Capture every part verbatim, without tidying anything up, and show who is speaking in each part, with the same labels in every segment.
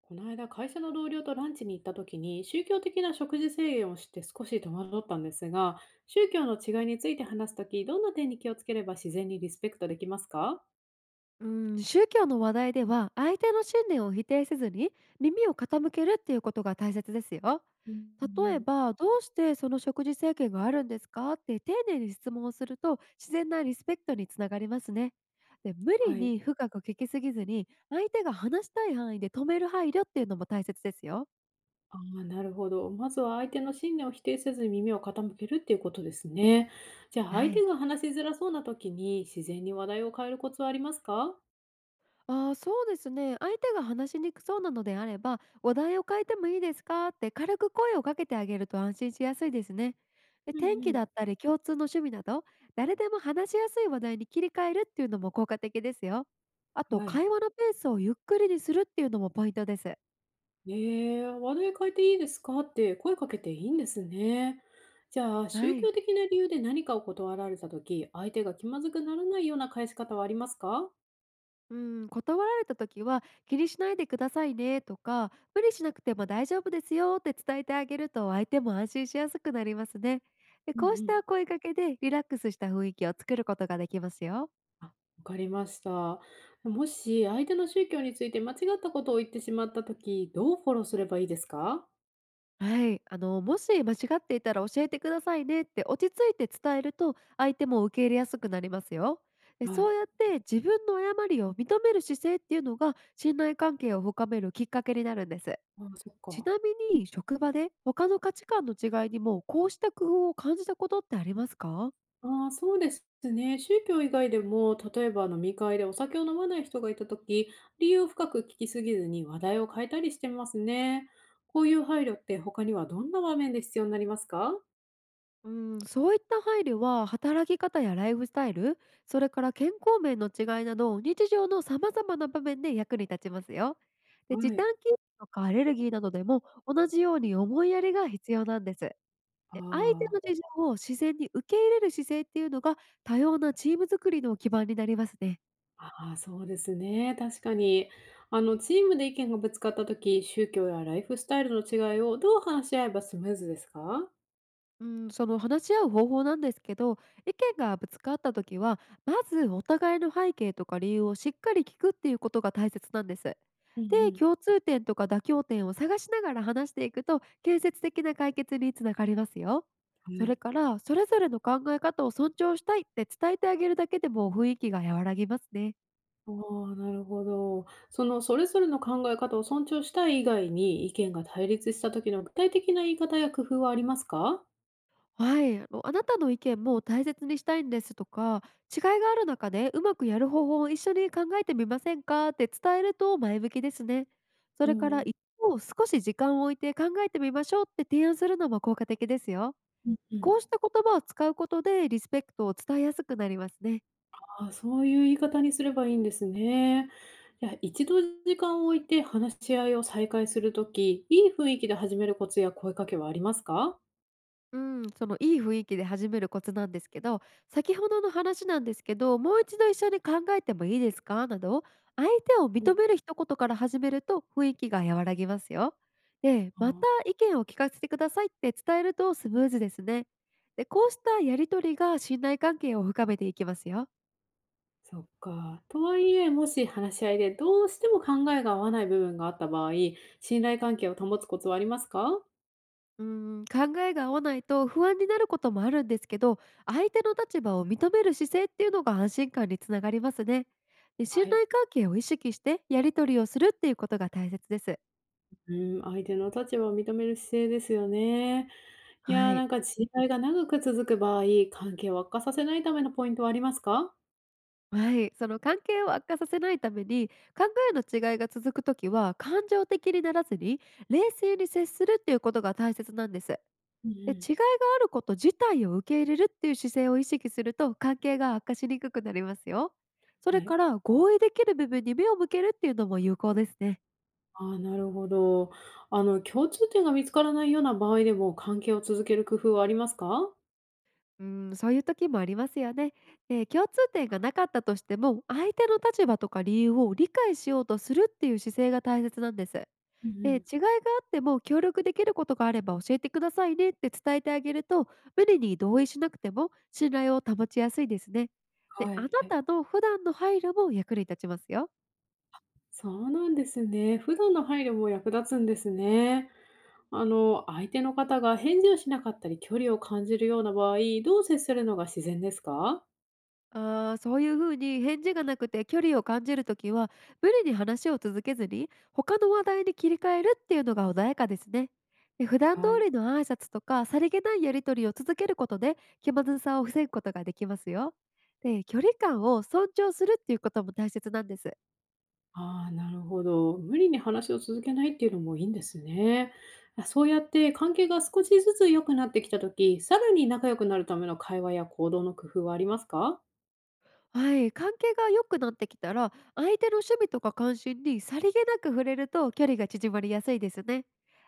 Speaker 1: この間、会社の同僚とランチに行った時に、宗教的な食事制限をして少し戸惑ったんですが、宗教の違いについて話す時、どんな点に気をつければ自然にリスペクトできますか？
Speaker 2: うん、宗教の話題では相手の信念を否定せずに耳を傾けるっていうことが大切ですよ。
Speaker 1: うん。う
Speaker 2: 例え
Speaker 1: ん。
Speaker 2: ば、どうしてその食事制限があるんですかって丁寧に質問をすると自然なリスペクトにつながりますね。で、無理
Speaker 1: はい。
Speaker 2: に深く聞きすぎずに相手が話したい範囲で止める配慮っていうのも大切ですよ。
Speaker 1: ああ、なるほど。まずは相手の信念を否定せずに耳を傾けるっていうことですね。じゃあ、
Speaker 2: は
Speaker 1: 相手
Speaker 2: い。
Speaker 1: が話しづらそうな時に、自然に話題を変えるコツはありますか？
Speaker 2: ああ、そうですね。相手が話しにくそうなのであれば、お題を変えてもいいですかって軽く声をかけてあげると安心しやすいですね。で、
Speaker 1: うん。
Speaker 2: 天
Speaker 1: う
Speaker 2: 気
Speaker 1: ん。
Speaker 2: だったり共通の趣味など、誰でも話しやすい話題に切り替えるっていうのも効果的ですよ。あと、
Speaker 1: はい。
Speaker 2: 会話のペースをゆっくりにするっていうのもポイントです。
Speaker 1: ええ、「話題変えていいですか？」って声かけていいんですね。じゃあ、宗
Speaker 2: はい。
Speaker 1: 教的な理由で何かを断られた時、相手が気まずくならないような返し方はありますか？
Speaker 2: うん、断られた時は気にしないでくださいねとか無理しなくても大丈夫ですよって伝えてあげると相手も安心しやすくなりますね。で、
Speaker 1: うん。う
Speaker 2: こうし
Speaker 1: ん。
Speaker 2: た声かけでリラックスした雰囲気を作ることができますよ。
Speaker 1: あ、わかりました。もし相手の宗教について間違ったことを言ってしまった時、どうフォローすればいいですか？
Speaker 2: はい、あのもし間違っていたら教えてくださいねって落ち着いて伝えると相手も受け入れやすくなりますよ。で、
Speaker 1: は
Speaker 2: そ
Speaker 1: い。
Speaker 2: うやって自分の誤りを認める姿勢っていうのが信頼関係を深めるきっかけになるんです。
Speaker 1: ああ、そっ
Speaker 2: ち
Speaker 1: か。
Speaker 2: なみに、職場で他の価値観の違いにもこうした工夫を感じたことってありますか？
Speaker 1: ああ、そうですね。宗教以外でも、例えば飲み会でお酒を飲まない人がいたとき、理由を深く聞きすぎずに話題を変えたりしてますね。こういう配慮って他にはどんな場面で必要になりますか？
Speaker 2: うん、そういった配慮は働き方やライフスタイル、それから健康面の違いなど日常の様々な場面で役に立ちますよ。で、
Speaker 1: は
Speaker 2: 時短
Speaker 1: い。
Speaker 2: 勤務とかアレルギーなどでも同じように思いやりが必要なんです。
Speaker 1: あ
Speaker 2: で、相手
Speaker 1: あ。
Speaker 2: の事情を自然に受け入れる姿勢っていうのが多様なチーム作りの基盤になりますね。
Speaker 1: ああ、そうですね。確かに。あの、チームで意見がぶつかったとき、宗教やライフスタイルの違いをどう話し合えばスムーズですか？
Speaker 2: うん、その話し合う方法なんですけど、意見がぶつかった時は、まずお互いの背景とか理由をしっかり聞くっていうことが大切なんです。
Speaker 1: うん。う
Speaker 2: で、
Speaker 1: ん。
Speaker 2: 共通点とか妥協点を探しながら話していくと建設的な解決につながりますよ。
Speaker 1: は
Speaker 2: それ
Speaker 1: い。
Speaker 2: から、それぞれの考え方を尊重したいって伝えてあげるだけでも雰囲気が和らぎますね。
Speaker 1: ああ、なるほど。そのそれぞれの考え方を尊重したい以外に、意見が対立した時の具体的な言い方や工夫はありますか？
Speaker 2: はい、あの、あなたの意見も大切にしたいんですとか、違いがある中でうまくやる方法を一緒に考えてみませんかって伝えると前向きですね。そ
Speaker 1: う
Speaker 2: れから
Speaker 1: ん。
Speaker 2: 一方、少し時間を置いて考えてみましょうって提案するのも効果的ですよ。
Speaker 1: うん。う
Speaker 2: こう
Speaker 1: ん。
Speaker 2: した言葉を使うことでリスペクトを伝えやすくなりますね。
Speaker 1: ああ、そういう言い方にすればいいんですね。いや、一度時間を置いて話し合いを再開する時、いい雰囲気で始めるコツや声かけはありますか？
Speaker 2: うん、そのいい雰囲気で始めるコツなんですけど、先ほどの話なんですけど、もう一度一緒に考えてもいいですかなど、相手を
Speaker 1: う
Speaker 2: 認
Speaker 1: ん。
Speaker 2: める一言から始めると雰囲気が和らぎますよ。で、
Speaker 1: あ
Speaker 2: ま
Speaker 1: あ、
Speaker 2: た意見を聞かせてくださいって伝えるとスムーズですね。で、こうしたやりとりが信頼関係を深めていきますよ。
Speaker 1: そっか。とはいえ、もし話し合いでどうしても考えが合わない部分があった場合、信頼関係を保つコツはありますか？
Speaker 2: うーん、考えが合わないと不安になることもあるんですけど、相手の立場を認める姿勢っていうのが安心感につながりますね。で、信
Speaker 1: はい。
Speaker 2: 頼関係を意識してやり取りをするっていうことが大切です。
Speaker 1: うん、相手の立場を認める姿勢ですよね。いや
Speaker 2: は
Speaker 1: ー、な
Speaker 2: い。
Speaker 1: んか知り合いが長く続く場合、関係を悪化させないためのポイントはありますか？
Speaker 2: はい。その関係を悪化させないために、考えの違いが続くときは、感情的にならずに、冷静に接するっていうことが大切なんです。
Speaker 1: うん。う
Speaker 2: で、
Speaker 1: ん。
Speaker 2: 違いがあること自体を受け入れるっていう姿勢を意識すると関係が悪化しにくくなりますよ。それ
Speaker 1: はい。
Speaker 2: から、合意できる部分に目を向けるっていうのも有効ですね。
Speaker 1: ああ、なるほど。あの、共通点が見つからないような場合でも、関係を続ける工夫はありますか？
Speaker 2: うん、そういう時もありますよね。で、共通点がなかったとしても相手の立場とか理由を理解しようとするっていう姿勢が大切なんです。
Speaker 1: うん。う
Speaker 2: で、
Speaker 1: ん。
Speaker 2: 違いがあっても協力できることがあれば教えてくださいねって伝えてあげると、無理に同意しなくても信頼を保ちやすいですね。で、
Speaker 1: は
Speaker 2: あなた
Speaker 1: い。
Speaker 2: の普段の配慮も役に立ちますよ。
Speaker 1: そうなんですね。普段の配慮も役立つんですね。あの、相手の方が返事をしなかったり、距離を感じるような場合、どう接するのが自然ですか？
Speaker 2: あー、そういうふうに返事がなくて距離を感じるときは、無理に話を続けずに他の話題に切り替えるっていうのが穏やかですね。で、普段通
Speaker 1: はい。
Speaker 2: りの挨拶とかさりげないやり取りを続けることで気まずさを防ぐことができますよ。で、距離感を尊重するっていうことも大切なんです。
Speaker 1: ああ、なるほど。無理に話を続けないっていうのもいいんですね。あ、そうやって関係が少しずつ良くなってきたとき、さらに仲良くなるための会話や行動の工夫はありますか？
Speaker 2: はい、関係が良くなってきたら相手の趣味とか関心にさりげなく触れると距離が縮まりやすいですね。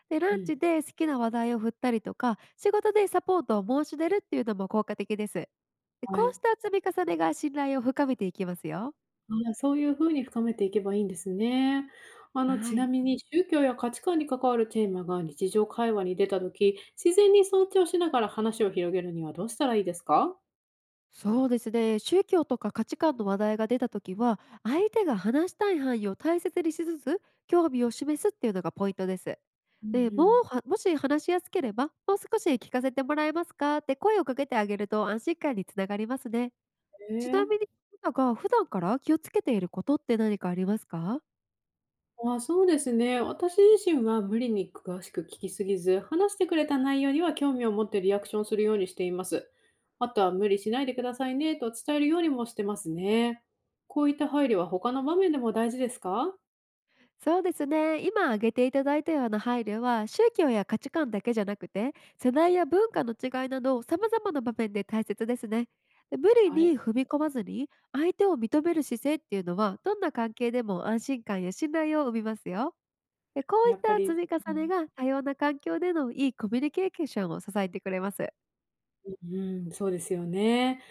Speaker 2: で、
Speaker 1: う
Speaker 2: ラン
Speaker 1: ん。
Speaker 2: チで好きな話題を振ったりとか仕事でサポートを申し出るっていうのも効果的です。で、
Speaker 1: は
Speaker 2: こう
Speaker 1: い。
Speaker 2: した積み重ねが信頼を深めていきますよ。
Speaker 1: あ、そういうふうに深めていけばいいんですね。あの、
Speaker 2: は
Speaker 1: ちな
Speaker 2: い、
Speaker 1: みに宗教や価値観に関わるテーマが日常会話に出たとき、自然に尊重しながら話を広げるにはどうしたらいいですか？
Speaker 2: そうですね。宗教とか価値観の話題が出た時は相手が話したい範囲を大切にしつつ興味を示すっていうのがポイントです。
Speaker 1: うん。
Speaker 2: で、
Speaker 1: う
Speaker 2: もう
Speaker 1: ん。
Speaker 2: はもし話しやすければもう少し聞かせてもらえますかって声をかけてあげると安心感につながりますね。ちなみ
Speaker 1: ええ。
Speaker 2: に、あなたが普段から気をつけていることって何かありますか？
Speaker 1: あ、そうですね。私自身は無理に詳しく聞きすぎず、話してくれた内容には興味を持ってリアクションするようにしています。あとは無理しないでくださいねと伝えるようにもしてますね。こういった配慮は他の場面でも大事ですか？
Speaker 2: そうですね、今挙げていただいたような配慮は宗教や価値観だけじゃなくて世代や文化の違いなど様々な場面で大切ですね。で、無理
Speaker 1: はい。
Speaker 2: に踏み込まずに相手を認める姿勢っていうのはどんな関係でも安心感や信頼を生みますよ。で、こういっ
Speaker 1: やっぱ
Speaker 2: た
Speaker 1: り、
Speaker 2: 積み
Speaker 1: う
Speaker 2: 重ねが多様な環境でのいいコミュニケーションを支えてくれます。
Speaker 1: ん、うん、そうですよね。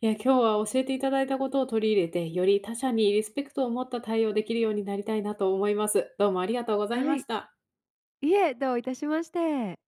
Speaker 1: いや、今日は教えていただいたことを取り入れて、より他者にリスペクトを持った対応できるようになりたいなと思います。どうもありがとうござい
Speaker 2: は
Speaker 1: まし
Speaker 2: い。
Speaker 1: た。
Speaker 2: いえ、どういたしまして。